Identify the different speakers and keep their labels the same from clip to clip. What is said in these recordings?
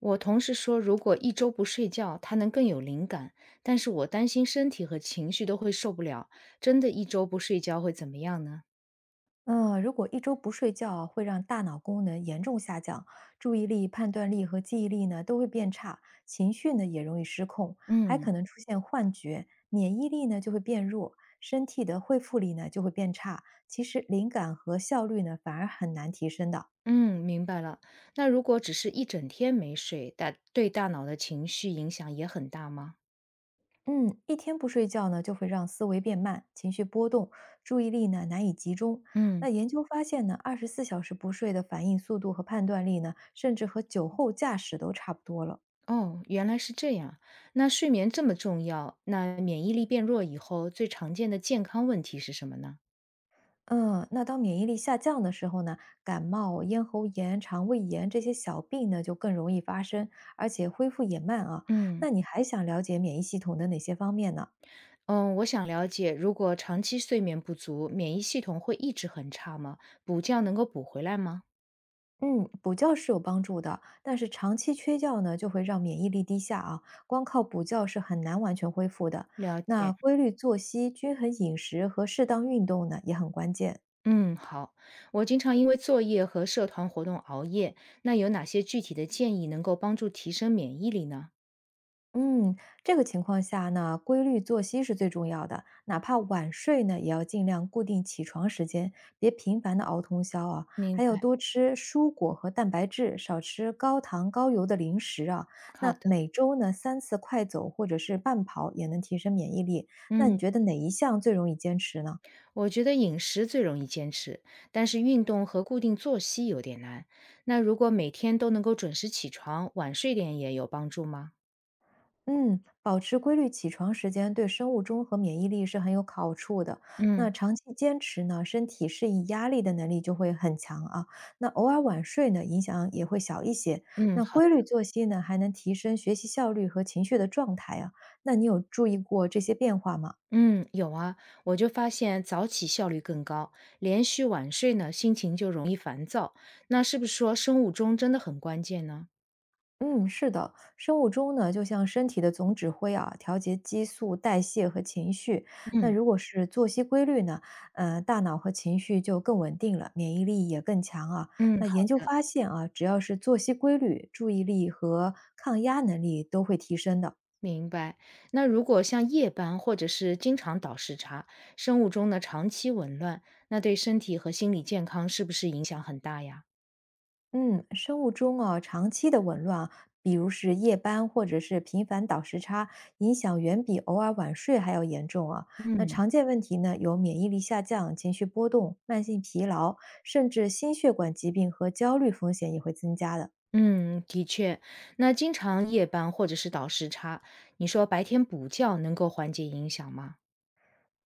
Speaker 1: 我同事说，如果一周不睡觉，他能更有灵感。但是我担心身体和情绪都会受不了。真的，一周不睡觉会怎么样呢？
Speaker 2: 嗯，如果1周不睡觉啊会让大脑功能严重下降，注意力、判断力和记忆力呢都会变差，情绪呢也容易失控，还
Speaker 1: 嗯
Speaker 2: 可能出现幻觉，免疫力呢就会变弱，身体的恢复力呢就会变差。其实灵感和效率呢反而很难提升的。
Speaker 1: 嗯，明白了。那如果只是一整天没睡，对大脑的情绪影响也很大吗？
Speaker 2: 嗯，一天不睡觉呢，就会让思维变慢，情绪波动，注意力呢难以集中。
Speaker 1: 嗯，
Speaker 2: 那研究发现呢，24小时不睡的反应速度和判断力呢，甚至和酒后驾驶都差不多了。
Speaker 1: 哦，原来是这样。那睡眠这么重要，那免疫力变弱以后，最常见的健康问题是什么呢？
Speaker 2: 嗯，那当免疫力下降的时候呢，感冒、咽喉炎、肠胃炎这些小病呢就更容易发生，而且恢复也慢啊。
Speaker 1: 嗯。
Speaker 2: 那你还想了解免疫系统的哪些方面呢？
Speaker 1: 嗯，我想了解，如果长期睡眠不足，免疫系统会一直很差吗？补觉能够补回来吗？
Speaker 2: 嗯，补觉是有帮助的，但是长期缺觉呢就会让免疫力低下啊。光靠补觉是很难完全恢复的。
Speaker 1: 了
Speaker 2: 那
Speaker 1: 解，
Speaker 2: 规律作息、均衡饮食和适当运动呢也很关键。
Speaker 1: 嗯，好。我经常因为作业和社团活动熬夜，那有哪些具体的建议能够帮助提升免疫力呢？
Speaker 2: 嗯，这个情况下呢，规律作息是最重要的。哪怕晚睡呢，也要尽量固定起床时间，别频繁的熬通宵啊。
Speaker 1: 明
Speaker 2: 还要
Speaker 1: 白，
Speaker 2: 多吃蔬果和蛋白质，少吃高糖高油的零食啊。
Speaker 1: 好
Speaker 2: 那
Speaker 1: 的。
Speaker 2: 每周呢3次快走或者是慢跑，也能提升免疫力。那你
Speaker 1: 嗯，
Speaker 2: 觉得哪一项最容易坚持呢？
Speaker 1: 我觉得饮食最容易坚持，但是运动和固定作息有点难。那如果每天都能够准时起床，晚睡点也有帮助吗？
Speaker 2: 嗯，保持规律起床时间对生物钟和免疫力是很有好处的。
Speaker 1: 嗯
Speaker 2: 那长期坚持呢，身体适应压力的能力就会很强啊。那偶尔晚睡呢，影响也会小一些。
Speaker 1: 嗯，
Speaker 2: 那
Speaker 1: 好。
Speaker 2: 规律作息呢，还能提升学习效率和情绪的状态啊。那你有注意过这些变化吗？
Speaker 1: 嗯，有啊，我就发现早起效率更高，连续晚睡呢，心情就容易烦躁。那是不是说生物钟真的很关键呢？
Speaker 2: 嗯，是的，生物钟呢，就像身体的总指挥啊，调节激素、代谢和情绪。那
Speaker 1: 嗯
Speaker 2: 如果是作息规律呢，大脑和情绪就更稳定了，免疫力也更强啊。
Speaker 1: 嗯，
Speaker 2: 那
Speaker 1: 好
Speaker 2: 研究
Speaker 1: 的，
Speaker 2: 发现啊，只要是作息规律，注意力和抗压能力都会提升的。
Speaker 1: 明白。那如果像夜班或者是经常倒时差，生物钟呢长期紊乱，那对身体和心理健康是不是影响很大呀？
Speaker 2: 嗯，生物钟啊，长期的紊乱啊，比如是夜班或者是频繁倒时差，影响远比偶尔晚睡还要严重啊。那
Speaker 1: 嗯
Speaker 2: 常见问题呢，有免疫力下降、情绪波动、慢性疲劳，甚至心血管疾病和焦虑风险也会增加的。
Speaker 1: 嗯，的确。那经常夜班或者是倒时差，你说白天补觉能够缓解影响吗？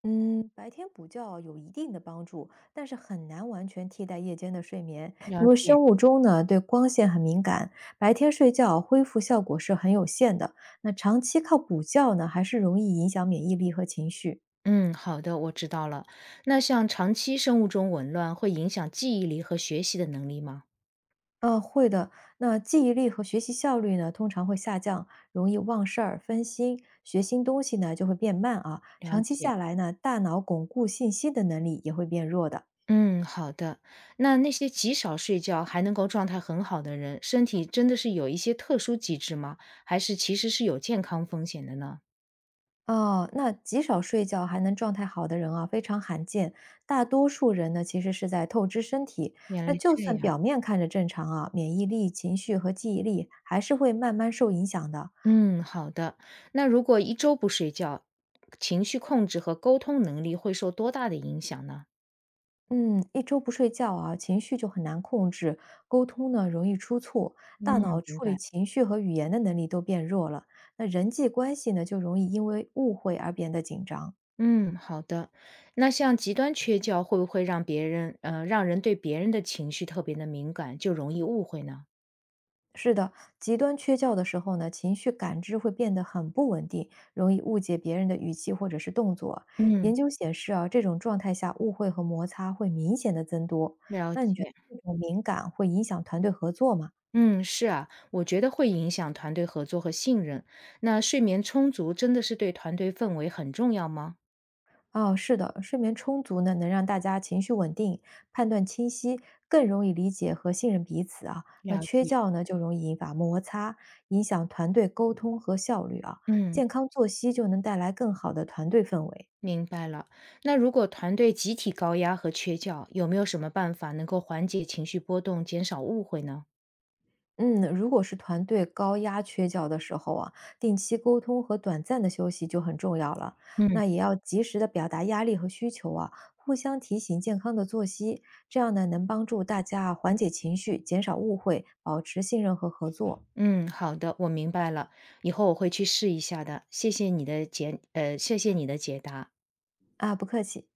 Speaker 2: 嗯，白天补觉有一定的帮助，但是很难完全替代夜间的睡眠，因
Speaker 1: 了
Speaker 2: 为
Speaker 1: 解。
Speaker 2: 生物钟呢对光线很敏感，白天睡觉恢复效果是很有限的。那长期靠补觉呢，还是容易影响免疫力和情绪。
Speaker 1: 嗯，好的，我知道了。那像长期生物钟紊乱会影响记忆力和学习的能力吗？
Speaker 2: 啊，会的。那记忆力和学习效率呢，通常会下降，容易忘事儿、分心，学新东西呢就会变慢啊。
Speaker 1: 了
Speaker 2: 长期
Speaker 1: 解。
Speaker 2: 下来呢，大脑巩固信息的能力也会变弱的。
Speaker 1: 嗯，好的。那那些极少睡觉还能够状态很好的人，身体真的是有一些特殊机制吗？还是其实是有健康风险的呢？
Speaker 2: 哦，那极少睡觉还能状态好的人啊，非常罕见。大多数人呢，其实是在透支身体。
Speaker 1: 原来
Speaker 2: 那就
Speaker 1: 这
Speaker 2: 算
Speaker 1: 样。
Speaker 2: 表面看着正常啊，免疫力、情绪和记忆力还是会慢慢受影响的。
Speaker 1: 嗯，好的。那如果一周不睡觉，情绪控制和沟通能力会受多大的影响呢？
Speaker 2: 嗯，一周不睡觉啊，情绪就很难控制，沟通呢容易出错，大脑
Speaker 1: 嗯，明
Speaker 2: 处理
Speaker 1: 白。
Speaker 2: 情绪和语言的能力都变弱了。那人际关系呢，就容易因为误会而变得紧张。
Speaker 1: 嗯，好的。那像极端缺觉会不会让别人让人对别人的情绪特别的敏感，就容易误会呢？
Speaker 2: 是的，极端缺觉的时候呢，情绪感知会变得很不稳定，容易误解别人的语气或者是动作。研
Speaker 1: 嗯，
Speaker 2: 究显示啊，这种状态下误会和摩擦会明显的增多。
Speaker 1: 了
Speaker 2: 那你觉
Speaker 1: 解。
Speaker 2: 得这种敏感会影响团队合作吗？
Speaker 1: 嗯，是啊，我觉得会影响团队合作和信任。那睡眠充足真的是对团队氛围很重要吗？
Speaker 2: 哦，是的，睡眠充足呢，能让大家情绪稳定，判断清晰，更容易理解和信任彼此啊。那
Speaker 1: 了
Speaker 2: 缺
Speaker 1: 解。
Speaker 2: 觉呢，就容易引发摩擦，影响团队沟通和效率啊。
Speaker 1: 嗯，
Speaker 2: 健康作息就能带来更好的团队氛围。
Speaker 1: 明白了。那如果团队集体高压和缺觉，有没有什么办法能够缓解情绪波动，减少误会呢？
Speaker 2: 嗯，如果是团队高压缺觉的时候啊，定期沟通和短暂的休息就很重要了。
Speaker 1: 嗯。
Speaker 2: 那也要及时的表达压力和需求啊，互相提醒健康的作息，这样呢能帮助大家啊缓解情绪，减少误会，保持信任和合作。
Speaker 1: 嗯，好的，我明白了，以后我会去试一下的。谢谢你的解答。
Speaker 2: 啊，不客气。